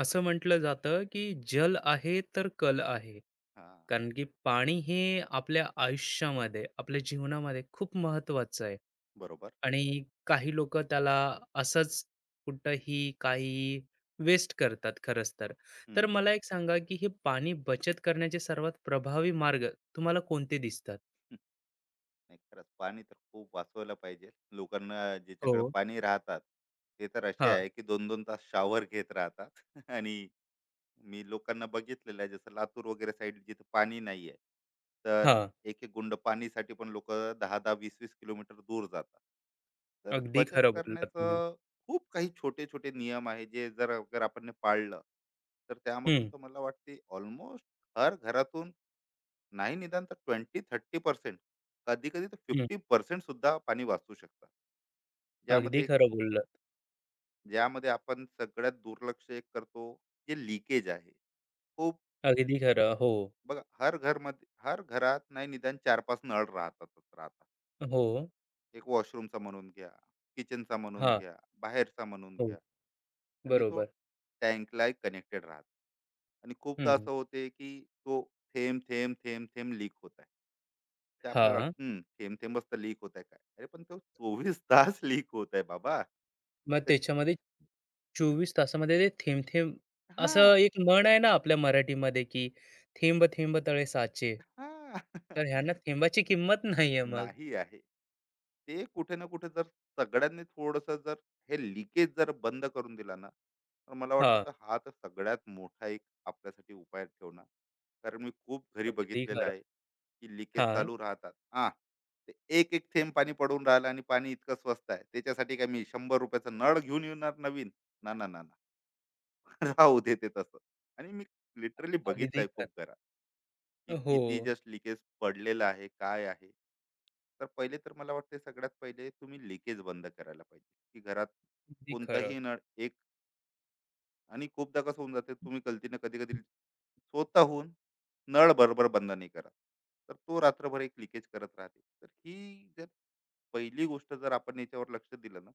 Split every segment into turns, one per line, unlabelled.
असं म्हटलं जातं की जल आहे तर कल आहे,
हां.
कारण की पाणी हे आपल्या आयुष्यामध्ये आपल्या जीवनामध्ये खूप महत्वाचं आहे.
बरोबर.
आणि काही लोक त्याला असंच कुठंही काही वेस्ट करतात खरंच तर.
हं.
तर मला एक सांगा की हे पाणी बचत करण्याचे सर्वात प्रभावी मार्ग तुम्हाला कोणते दिसतात?
नाही, खरंच पाणी तर खूप वाचवायला पाहिजे. लोकांना ज्याच्याकडे
हो.
पाणी राहतात, ते तर असे
हा.
आहे की 2-2 तास शावर घेत राहतात. आणि मी लोकांना बघितलेलं आहे, जसं लातूर वगैरे साईड जिथे पाणी नाही आहे. तर
हा.
एक-एक गुंड पाणीसाठी पण लोकं 10-10, 20-20 किलोमीटर दूर जातात. तर
अगदी
बचत
खरं बोललात तुम्ही.
करण्याचं खूप काही छोटे-छोटे नियम आहे, जे जर अगर आपण ने पाळलं, तर त्यामधून
हम्म.
तर मला वाटते ऑलमोस्ट हर घरातून, नाही निदान तर 20-30%, कधी कधी तर
हम्म.
50% सुद्धा पाणी वाचू शकतात.
अगदी
ज्यामध्ये
खरं बोललात.
ज्यामध्ये आपण सगळ्यात दुर्लक्ष एक करतो, जे लिकेज आहे. खूप
अगदी खरं. हो.
बघा, हर घरमध्ये, हर घरात नाही निदान 4-5 नळ राहतातच राहतात.
हो.
एक वॉशरूमचा म्हणून घ्या, किचनचा म्हणून
हा.
घ्या, बाहेरचा म्हणून
हो.
घ्या, आणि तो
बरोबर.
टँकलाही कनेक्टेड राहतो. आणि खूपदा
हं.
असं होते, की तो थेंब, थेंब, थेंब, थेंब लीक होत आहे. ते आपल्याला
हां.
वाटतं, "हं, थेंब थेंबच तर लीक होत आहे काय?" अरे पण तो 24 तास लीक होत आहे बाबा.
मग
तर
त्याच्यामध्ये 24 तासामध्ये ते थेंब-थेंब असं
हां.
एक म्हण आहे ना आपल्या मराठीमध्ये, की "थेंब थेंब तळे साचे."
हां.
तर ह्यांना थेंबाची किंमत नाहीये मग.
नाही आहे. ते कुठे ना कुठे जर, सगळ्यांनी थोडंसं जर हे लिकेज जर बंद करून दिला ना, तर मला वाटतं
हां.
तर हा तर सगळ्यात मोठा एक आपल्यासाठी उपाय ठेवणार. कारण मी खूप घरी
अगदी
बघितलेलं
खरं.
आहे, की लिकेज
हां.
चालू राहतात. हां, ते एक-एक थेंब पाणी पडून राहिलं, आणि पाणी इतकं स्वस्त आहे. त्याच्यासाठी काय मी ₹100 चा नळ घेऊन येणार नवीन? ना, ना, ना, ना. राहू दे ते तसं. आणि मी लिटरली
अगदी
बघितलंय खूप
खरं.
घरात. की
हो.
किती जस्ट लिकेज पडलेलं आहे, काय आहे? तर पहिले, तर मला वाटते सगळ्यात पहिले तुम्ही लिकेज बंद करायला पाहिजे, की घरात
अगदी खरं.
कोणताही नळ एक. आणि खूपदा कसं होऊन जाते, तुम्ही गलतीनं कधी-कधी स्वतःहून नळ बरोबर बंद नाही करत. तर तो रात्रभर एक लिकेज करत राहते. तर ही जर पहिली गोष्ट जर आपण याच्यावर लक्ष दिलं ना,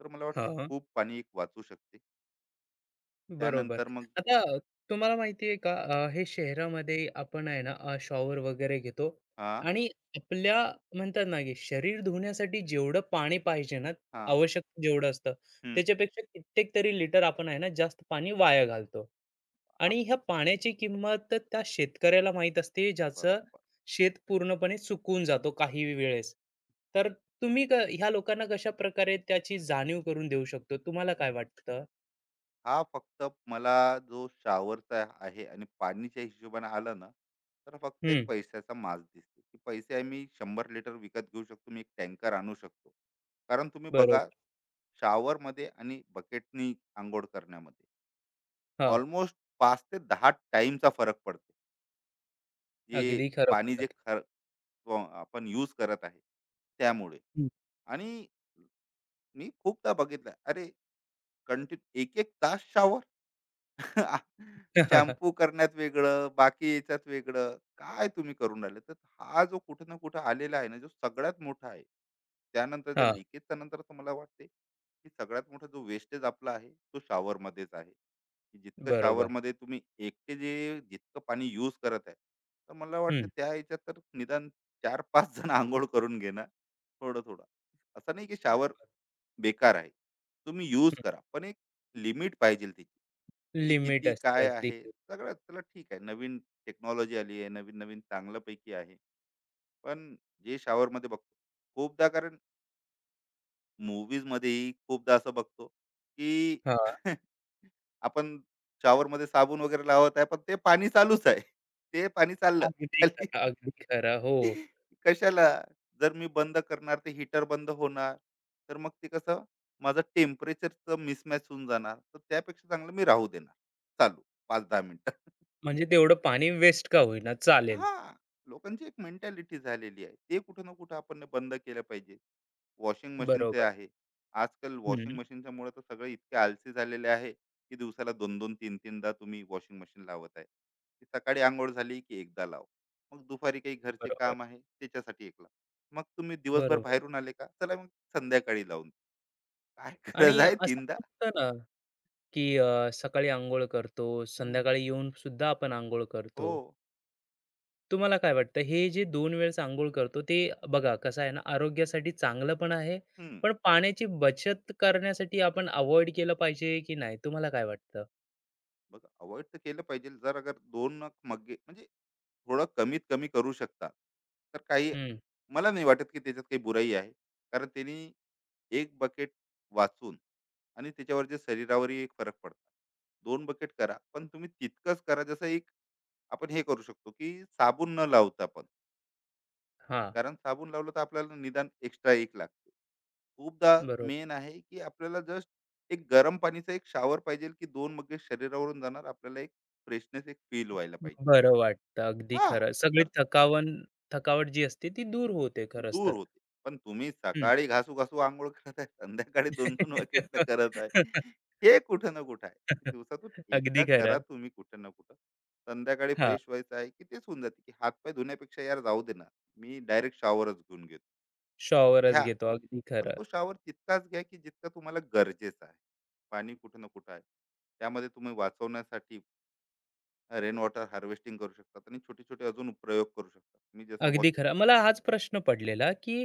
तर मला वाटते
हां.
खूप पाणी एक वाचू शकते.
बरोबर.
त्यानंतर मग
आता तुम्हाला माहिती आहे का हे शहरामध्ये आपण आहे ना, शॉवर वगैरे घेतो,
हां,
आणि आपल्या म्हणतात ना, की शरीर धुण्यासाठी जेवढं पाणी पाहिजे ना,
हां,
आवश्यक जेवढं असतं,
हं,
त्याच्यापेक्षा कित्येक तरी लिटर आपण आहे ना जास्त पाणी वाया घालतो.
आप
आणि ह्या पाण्याची किंमत तर त्या शेतकऱ्याला माहीत असते, ज्याचं
बरोबर.
शेत पूर्णपणे सुकून जातो काही वेळेस. तर तुम्ही ह्या लोकांना कशाप्रकारे त्याची जाणीव करून देऊ शकतो? तुम्हाला काय वाटतं?
हा, फक्त मला जो शॉवरचा आहे आणि पाणीच्या हिशोबाने आला ना, तर फक्त एक
हं.
पैशाचा माज दिसते, की पैसे आम्ही 100 लिटर विकत घेऊ शकतो, मी एक टँकर आणू शकतो. कारण तुम्ही बघा,
बरोबर.
शॉवरमध्ये आणि बकेटनी आंघोळ करण्यामध्ये
हां,
ऑलमोस्ट 5 ते 10 टाईमचा फरक पडतो, जे
अगदी खरं
पाणी जे
बोललात.
खर, अ, आपण यूज करत आहे, त्यामुळे.
हं.
आणि मी खूपदा बघितलं, अरे, कंटिन्यू 1-1 तास शॉवर. शॅम्पू करण्यात वेगळं, बाकी याच्यात वेगळं. काय तुम्ही करून राहिले? तर हा जो कुठे ना कुठे आलेला आहे ना, जो सगळ्यात मोठा आहे. त्यानंतरच्या
हां.
लिकेजच्या नंतर तर मला वाटते, की सगळ्यात मोठा जो वेस्टेज आपला आहे, तो शॉवरमध्येच आहे. की जितकं
बरोबर.
शॉवरमध्ये तुम्ही एकटे जे जितकं पाणी यूज करत आहे, तर मला वाटतं
हं.
त्या ह्याच्यात तर निदान 4-5 जण अंघोळ करून घेणार, थोडं-थोडं. असं नाही की शॉवर बेकार आहे. तुम्ही
हं.
यूज करा, पण एक लिमिट पाहिजे त्याची. की
लिमिट
किती
असते
काय
अगदी.
आहे, सगळं त्याला ठीक आहे, नवीन टेक्नॉलॉजी आली आहे, नवीन नवीन चांगल्यापैकी आहे. पण जे shower मध्ये बघतो खूपदा, कारण मूव्हीज मध्येही खूपदा असं बघतो, की
हां,
आपण शॉवरमध्ये साबण वगैरे लावत आहे, पण ते पाणी चालूच आहे. ते पाणी चाललं
अगदी
खाली.
खरं, अगदी खरं. हो,
कशाला? जर मी बंद करणार ते हीटर बंद होणार. तर मग ते कसं, माझं टेम्परेचरचं मिसमॅच होऊन जाणार. तर त्यापेक्षा चांगलं मी राहू देणार चालू, 5-10 मिनिटं.
म्हणजे तेवढं पाणी वेस्ट का होईना चालेल.
हां, लोकांची एक मेंटॅलिटी झालेली आहे. ते कुठं ना कुठं आपण बंद केलं पाहिजे. वॉशिंग मशीनचे
बरोबर.
आहे. आजकाल
हं.
वॉशिंग मशीनच्यामुळे तर सगळे इतके आळसी झालेले आहे, की दिवसाला 2-2, 3-3दा तुम्ही वॉशिंग मशीन लावत आहे. की सकाळी अंघोळ झाली की एकदा लाव. मग दुपारी काही घरचे
बरोबर,
काम आहे त्याच्यासाठी एक लाव. मग तुम्ही दिवसभर
बरोबर.
बाहेरून आले का? चला, मग संध्याकाळी लावून. काय गरज
आणि
आहे
असं
3दा?
पण होतं ना, की सकाळी अंघोळ करतो,
हं,
संध्याकाळी येऊन सुद्धा आपण अंघोळ
हो,
करतो. तुम्हाला काय वाटतं हे जे 2 वेळेस अंघोळ करतो ते बघा, कसं आहे ना आरोग्यासाठी चांगलं पण आहे,
हं.
पण पाण्याची बचत करण्यासाठी आपण अव्हॉइड केलं पाहिजे की नाही, तुम्हाला काय वाटतं?
बघा, अव्हॉइड तर केलं पाहिजे. जर अगर 2 मग्गे म्हणजे थोडं कमीत कमी करू शकता, तर काही
हं.
मला नाही वाटत की त्याच्यात काही बुराई आहे. कारण त्यांनी एक बकेट वाचून, आणि त्याच्यावर जे शरीरावरही एक फरक पडतो. 2 बकेट करा, पण तुम्ही तितकंच करा, जसं एक आपण हे करू शकतो की साबण न लावता पण.
हां.
कारण साबण लावलं तर आपल्याला निदान एक्स्ट्रा एक लागते खूपदा.
बरोबर.
मेन आहे की आपल्याला जस्ट एक गरम पाणीचा एक शावर पाहिजे, की दोन मग शरीरावरून जाणार, आपल्याला एक फ्रेशनेस एक फील व्हायला पाहिजे.
बरं वाटतं, अगदी
हा,
खरं. सगळी थकावट जी असते ती दूर होते खरंच
दूर
तर.
होते. पण तुम्ही
हं.
सकाळी घासू-घासू अंघोळ करत आहे, संध्याकाळी 2-2 वकेट करत आहे. हे कुठं ना कुठं आहे. दिवसातून
अगदी
एकदा करा
खरं.
तुम्ही कुठं ना कुठं. संध्याकाळी
हां,
फ्रेश व्हायचं आहे, की तेच होऊन जाते, की हात धुण्यापेक्षा यार जाऊ दे ना, मी डायरेक्ट शॉवरच घेऊन घेतो. तर
शॉवरच
घ्या,
घेतो. अगदी
पण
खरं.
तो शॉवर तितकाच घ्या, की जितका तुम्हाला गरजेचा आहे. पाणी कुठं ना कुठं आहे. त्यामध्ये तुम्ही वाचवण्यासाठी रेन वॉटर हार्वेस्टिंग करू शकतात आणि छोटे-छोटे अजून प्रयोग करू शकता. मी जसं
अगदी
वॉश,
खरं. मला हाच प्रश्न पडलेला, की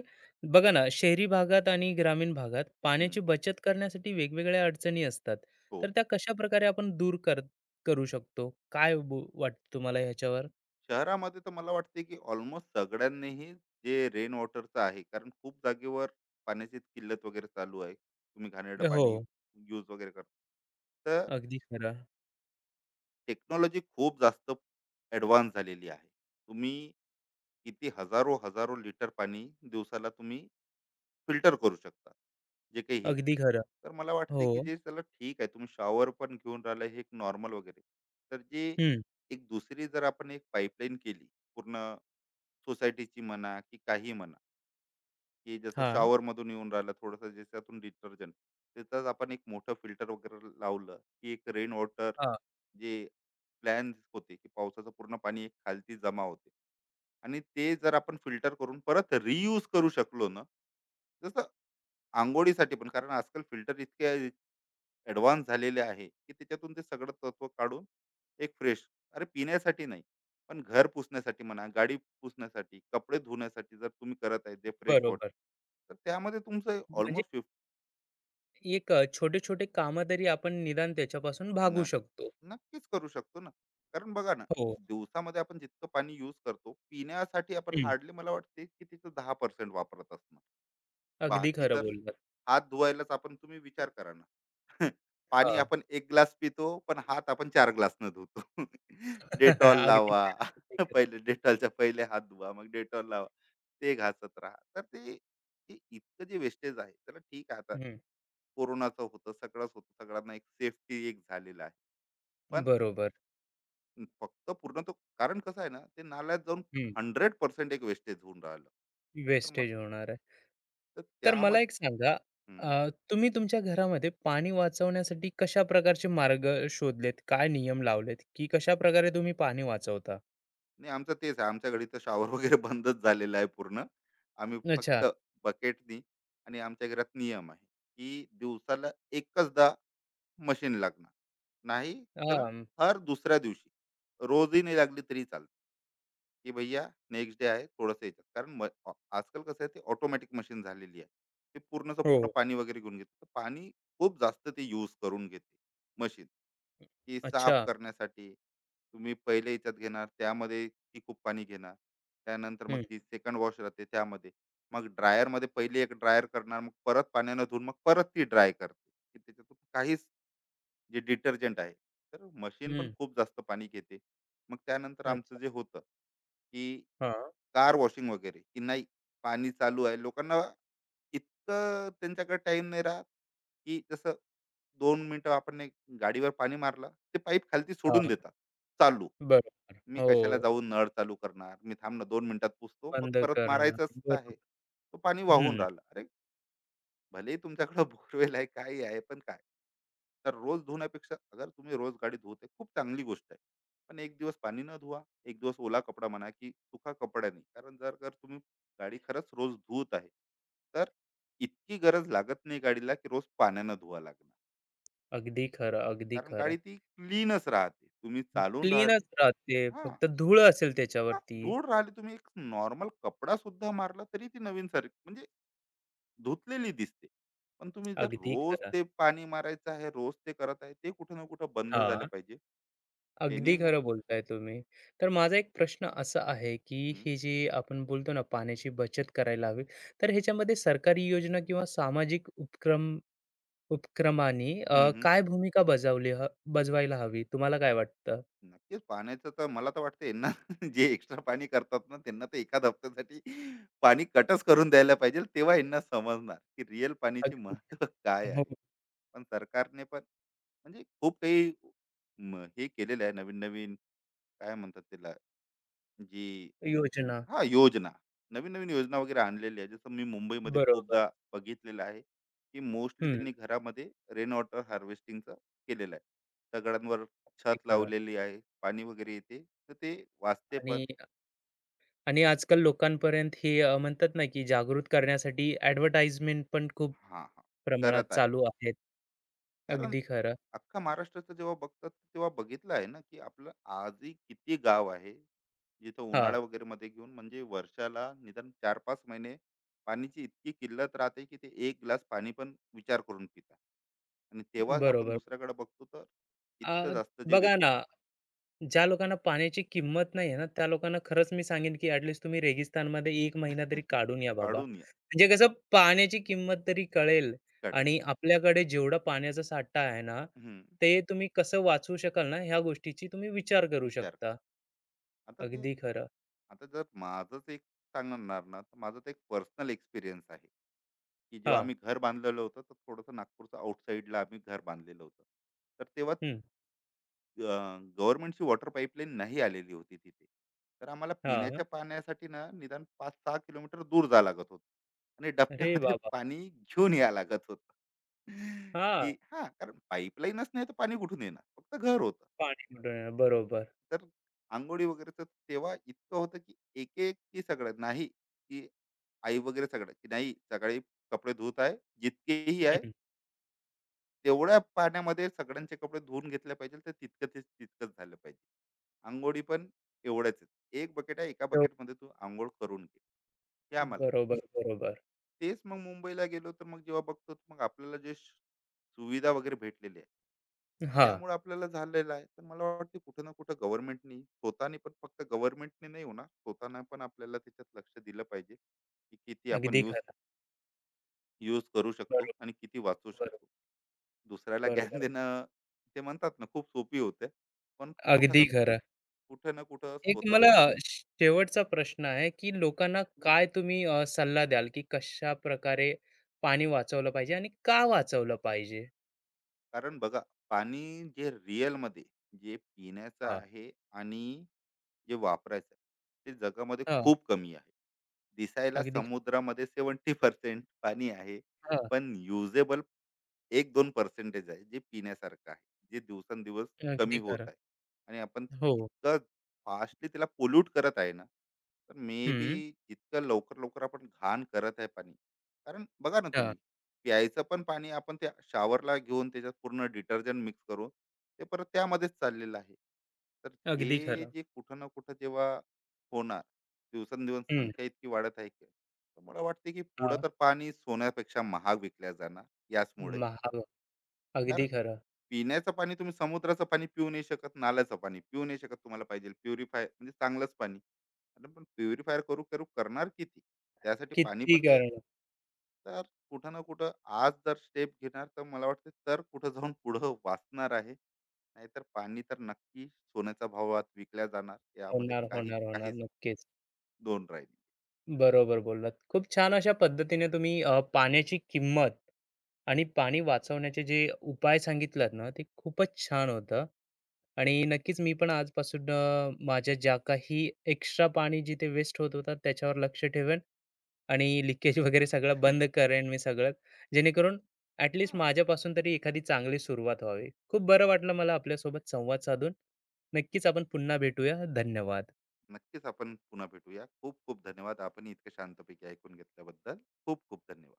बघा ना, शहरी भागात आणि ग्रामीण भागात
हं.
पाण्याची बचत करण्यासाठी वेगवेगळ्या अडचणी असतात.
हो.
तर त्या कशा प्रकारे आपण दूर कर करू शकतो? काय वाटतं तुम्हाला ह्याच्यावर?
शहरामध्ये तर मला वाटते की ऑलमोस्ट सगळ्यांनीही जे रेन वॉटरचं आहे, कारण खूप जागेवर पाण्याची किल्लत वगैरे चालू आहे, तुम्ही घाणेरडं
हो.
पाणी यूज वगैरे करता. तर
अगदी खरं.
टेक्नॉलॉजी खूप जास्त ॲडव्हान्स झालेली आहे, तुम्ही किती हजारो हजारो लिटर पाणी दिवसाला तुम्ही फिल्टर करू शकता, जे काही हे.
अगदी खरं.
तर मला वाटते
हो.
की जे, चला ठीक आहे, तुम्ही शॉवर पण घेऊन राहिला, हे एक नॉर्मल वगैरे. तर जे
हं.
एक दुसरी जर आपण एक पाईपलाईन केली, पूर्ण सोसायटीची म्हणा की काही म्हणा, की जसं
हा.
शॉवरमधून येऊन राहिलं थोडंसं, ज्याच्यातून डिटर्जंट, त्याचाच आपण एक मोठं फिल्टर वगैरे लावलं, की एक रेन वॉटर,
हां.
जे प्लॅन्स होते, की पावसाचं पूर्ण पाणी एक खालती जमा होते, आणि ते जर आपण फिल्टर करून परत रियूज करू शकलो ना, जसं अंघोळीसाठी पण. कारण आजकाल फिल्टर इतके ॲडव्हान्स झालेले आहे, की त्याच्यातून ते सगळं तत्व काढून एक फ्रेश, अरे पिण्यासाठी नाही, पण घर पुसण्यासाठी म्हणा, गाडी पुसण्यासाठी, कपडे धुण्यासाठी जर तुम्ही करत आहे जे फ्रेश वॉटर,
बरोबर.
तर त्यामध्ये तुमचं
म्हणजे
ऑलमोस्ट फिफ,
एक छोटे-छोटे कामं तरी आपण निदान त्याच्यापासून भागू
न
शकतो.
नक्कीच करू शकतो ना. कारण बघा ना,
हो.
दिवसामध्ये आपण जितकं पाणी यूज करतो, पिण्यासाठी आपण
हं.
हार्डली मला वाटते की तिचं 10% वापरत असणार.
अगदी
बाकी
खरं
तर
बोललात.
हात धुवायलाच आपण, तुम्ही विचार करा ना. पाणी
हां.
आपण एक ग्लास पितो, पण हात आपण 4 ग्लासनं धुतो. डेटॉल
अगदी
लावा.
खरं. अगदी खरं.
पहिले डेटॉलच्या पहिले हात धुवा, मग डेटॉल लावा, ते घासत राहा. तर ते, हे इतकं जे वेस्टेज आहे त्याला ठीक आहे आता.
हं.
कोरोनाचं होतं, सगळंच होतं, सगळ्यांना एक सेफ्टी एक झालेलं आहे. पण
बरोबर.
फक्त पूर्ण तो, कारण कसं आहे ना, ते नाल्यात जाऊन 100% एक वेस्टेज होऊन राहिलं. तर
वेस्टेज
मला,
होणार आहे.
तर
तर मला एक
त्यामध्ये,
सांगा, तुम्ही तुमच्या घरामध्ये पाणी वाचवण्यासाठी कशा प्रकारचे मार्ग शोधलेत? काय नियम लावलेत? की कशा प्रकारे तुम्ही पाणी वाचवता?
नाही आमचं तेच आहे. आमच्या घरी तर शॉवर वगैरे बंदच झालेला आहे पूर्ण. आम्ही
अच्छा.
फक्त बकेटनी. आणि आमच्या घरात नियम आहे, की दिवसाला एकचदा मशीन लागणार. नाही तर
हां.
हर दुसऱ्या दिवशी. रोजही नाही लागली तरी चालते, की भैया नेक्स्ट डे आहे थोडंसं याच्यात. कारण म अ आजकाल कसं आहे, ते ऑटोमॅटिक मशीन झालेली आहे. ते पूर्णचं
हो.
पूर्ण पाणी वगैरे घेऊन घेते. तर पाणी खूप जास्त ते यूज करून घेते मशीन. की
अच्छा.
साफ करण्यासाठी तुम्ही पहिले ह्याच्यात घेणार, त्यामध्ये ती खूप पाणी घेणार. त्यानंतर मग
हं.
ती सेकंड वॉश राहते त्यामध्ये. मग ड्रायर मध्ये पहिले एक ड्रायर करणार, मग परत पाण्यानं धुवून, मग परत ती ड्राय करते की त्याच्यातून काहीच, जे डिटर्जंट आहे. तर मशीन पण
हं.
खूप जास्त पाणी घेते. मग त्यानंतर आमचं
अच्छा.
जे होतं की
हां.
कार वॉशिंग वगैरे की नाही, पाणी चालू आहे. लोकांना इतकं त्यांच्याकडे टाइम नाही राहत, की जसं 2 मिनिटं आपण एक गाडीवर पाणी मारलं, ते पाईप खालती सोडून
हां.
देतात चालू.
बरोबर.
मी कशाला
हो.
जाऊन नळ चालू करणार, मी थांब ना 2 मिनिटात पुसतो, मग
बंद
परत
करणं.
मारायचंच तर
बरोबर.
आहे, तो पाणी वाहून
हं.
राहिलं, अरे. भले तुमच्याकडं बोरवेल आहे काही आहे, पण काय. तर रोज धुण्यापेक्षा, अगर तुम्ही रोज गाडी धुवते खूप चांगली गोष्ट आहे. पण एक दिवस पाणी न धुवा, एक दिवस ओला कपडा म्हणा की सुका कपडा. नाही कारण जर जर तुम्ही गाडी खरंच रोज धुवत आहे, तर इतकी गरज लागत नाही गाडीला, की रोज पाण्यानं धुवा लागणार.
अगदी खरं, अगदी
कारण
खरं.
गाडी ती क्लीनच राहते. तुम्ही चालून
क्लीनच
राहिले.
राहते.
हां,
फक्त धूळ असेल
हां,
त्याच्यावरती.
धूळ राहिली, तुम्ही एक नॉर्मल कपडा सुद्धा मारला, तरी ती नवीन सारखी, म्हणजे धुतलेली दिसते. पण तुम्ही जर
अगदी
रोज
खरं.
ते पाणी मारायचं आहे, रोज ते करत आहे, ते कुठे ना कुठे बंद झालं
हां.
पाहिजे. त्यांनी
अगदी
मग,
खरं बोलताय तुम्ही. तर माझा एक प्रश्न असा आहे, की
हं,
ही जी आपण बोलतो ना पाण्याची बचत करायला हवी, तर ह्याच्यामध्ये सरकारी योजना किंवा सामाजिक उपक्रमांनी,
हं,
काय भूमिका बजावली ह बजवायला हवी? तुम्हाला काय वाटतं?
नक्कीच पाण्याचं तर मला तर वाटतं, यांना जे एक्स्ट्रा पाणी करतात ना, त्यांना तर एखाद हफ्त्यासाठी पाणी कटच करून द्यायला पाहिजे. तेव्हा यांना समजणार की रिअल पाणीचे
अगदी.
महत्व काय
हो.
आहे. पण सरकारने पण म्हणजे खूप काही, हे केलेलं आहे नवीन नवीन, काय म्हणतात त्याला, जी,
योजना.
हा, योजना. नवीन नवीन योजना वगैरे आणलेली आहे. जसं मी मुंबईमध्ये
बरोबर.
खूपदा बघितलेलं आहे, की मोस्टली
हं,
त्यांनी घरामध्ये रेन वॉटर हार्वेस्टिंगचं केलेलं आहे. दगडांवर
अगदी
छत
खरं.
लावलेली आहे, पाणी वगैरे येते, तर ते वाचते
आणि
पण.
आणि आजकाल लोकांपर्यंत हे, म्हणतात ना, की जागृत करण्यासाठी ॲडव्हर्टाइजमेंट पण खूप
हा, हा,
प्रमाणात
करत आहे.
चालू आहेत.
कारण
अगदी खरं.
अख्खा महाराष्ट्राचं जेव्हा बघतात, तेव्हा बघितलं आहे ना, की आपलं आजही किती गाव आहे जिथं
हां.
उन्हाळा वगैरे मध्ये घेऊन म्हणजे वर्षाला निदान 4-5 महिने पाण्याची इतकी किल्लत राहते, की ते एक ग्लास पाणी पण विचार करून पितात. आणि तेव्हाच आपण
बरोबर.
दुसऱ्याकडे बघतो, तर इतकं
अ,
जास्त जे
बघा ना,
वेस्टेज.
ज्या लोकांना पाण्याची किंमत नाही आहे ना, त्या लोकांना खरंच मी सांगेन, की ॲटलीस्ट तुम्ही रेगिस्तानमध्ये 1 महिना तरी काढून या बाबा.
काढून या.
म्हणजे कसं पाण्याची किंमत तरी कळेल, आणि आपल्याकडे जेवढा पाण्याचा साठा आहे ना,
काढेल.
ते तुम्ही कसं वाचवू शकाल ना, ह्या गोष्टीची तुम्ही विचार करू
विचार
शकता.
करा. आता ते,
अगदी खरं.
आता जर माझंच एक सांगणार ना, तर माझं तर एक पर्सनल एक्सपिरियन्स आहे, की जेव्हा
हां.
आम्ही घर बांधलेलं होतं, तर थोडंसं नागपूरचं आउटसाईडला आम्ही घर बांधलेलं होतं, तर तेव्हा
हं.
गव्हर्नमेंटची वॉटर पाईपलाईन नाही आलेली होती तिथे. तर आम्हाला
हां.
पिण्याच्या पाण्यासाठी ना निदान 5-6 किलोमीटर दूर जावं लागत होतं, आणि
अरे
डबक्यामध्ये
बाबा!
पाणी घेऊन यावं लागत होतं.
हां,
की हा, कारण पाईपलाईनच नाही तर पाणी कुठून येणार, फक्त घर होतं.
पाणी कुठं बरोबर.
तर आंघोळी वगैरेचं तेव्हा इतकं होतं, की एक एक की सगळं नाही की आई वगैरे सगळं की नाही, सगळे कपडे धुत आहे जितकेही आहे,
हं.
तेवढ्या पाण्यामध्ये सगळ्यांचे कपडे धुवून घेतले पाहिजे, तर तितकं ते तितकंच झालं पाहिजे. आंघोळी पण एवढ्याच आहे. एक बकेट आहे, एका
हो.
बकेटमध्ये तू आंघोळ करून घे. हे आम्हाला,
बरोबर, बरोबर.
तेच मग मुंबईला गेलो, तर मग जेव्हा बघतो तर मग आपल्याला जे सुविधा वगैरे भेटलेली,
हां,
त्यामुळे आपल्याला झालेलं आहे. तर मला वाटते कुठं ना कुठं गव्हर्नमेंटनी स्वतःनी पण, फक्त गव्हर्नमेंटने नाही होणार, स्वतःनं पण आपल्याला त्याच्यात लक्ष दिलं पाहिजे, की किती आपण
अगदी
यूज
खरं.
यूज करू शकतो, आणि किती वाचवू
बरोबर,
शकतो. दुसऱ्याला ज्ञान
बरोबर.
देणं ते म्हणतात ना खूप सोपी होते. पण कुठं
अगदी
ना
खरं.
कुठं
एक
स्वतः.
मला शेवटचा प्रश्न आहे, की लोकांना काय तुम्ही, सल्ला द्याल, की कशाप्रकारे पाणी वाचवलं पाहिजे आणि का वाचवलं पाहिजे?
कारण बघा, पाणी जे रिअलमध्ये, जे पिण्याचं
हां.
आहे आणि जे वापरायचं आहे, ते जगामध्ये
हां.
खूप कमी आहे. दिसायला
अगदी.
समुद्रामध्ये 70% पाणी आहे,
हां.
पण युजेबल 1-2 पर्सेंटेज आहे जे पिण्यासारखं आहे, जे दिवसेंदिवस
हां, अगदी
कमी होत
खरं.
आहे. आणि आपण
हो.
इतकं फास्टली त्याला पोल्यूट करत आहे ना, तर मे बी
हं.
जितकं लवकर-लवकर आपण घाण करत आहे पाणी. कारण बघा ना
हां,
तुम्ही, प्यायचं पण पाणी आपण त्या शॉवरला घेऊन त्याच्यात पूर्ण डिटर्जंट मिक्स करून ते परत त्यामध्येच चाललेलं आहे. तर
अगदी
हे
खरं.
जे कुठं ना कुठं जेव्हा होणार, दिवसेंदिवस
हं.
संख्या इतकी वाढत आहे की, तर मला वाटते की पुढं
हां.
तर पाणी सोन्यापेक्षा महाग विकल्या जाणार याचमुळे.
महा
तर
अगदी खरं.
पिण्याचं पाणी तुम्ही समुद्राचं पाणी पिऊ नाही शकत, नाल्याचं पाणी पिऊ नाही शकत, तुम्हाला पाहिजे प्युरिफाय, म्हणजे चांगलंच पाणी. अरे पण प्युरिफायर करू करू करणार किती त्यासाठी पाणी,
किती
पण ते.
करणं.
तर कुठं ना कुठं आज जर स्टेप घेणार, तर मला वाटतं तर कुठं जाऊन पुढं वाचणार आहे, नाहीतर पाणी तर नक्की सोन्याच्या भावात विकल्या जाणार यामध्ये
होणार,
काही
होणार, होणार.
काहीच
नक्कीच.
दोन राहील.
बरोबर बोललात. खूप छान अशा पद्धतीने तुम्ही, पाण्याची किंमत आणि पाणी वाचवण्याचे जे उपाय सांगितलात ना, ते खूपच छान होतं. आणि नक्कीच मी पण आजपासून, माझ्या ज्या काही एक्स्ट्रा पाणी जिथे वेस्ट होत होतं त्याच्यावर लक्ष ठेवेन, आणि लिकेज वगैरे सगळं बंद करेन मी सगळं. जेणेकरून
हा,
माझ्यापासून तरी एखादी चांगली सुरुवात व्हावी. खूप बरं वाटलं मला आपल्यासोबत संवाद साधून. नक्कीच आपण पुन्हा भेटूया. धन्यवाद.
नक्कीच आपण पुन्हा भेटूया. खूप खूप धन्यवाद आपण इतकं शांतपैकी ऐकून घेतल्याबद्दल. खूप खूप धन्यवाद.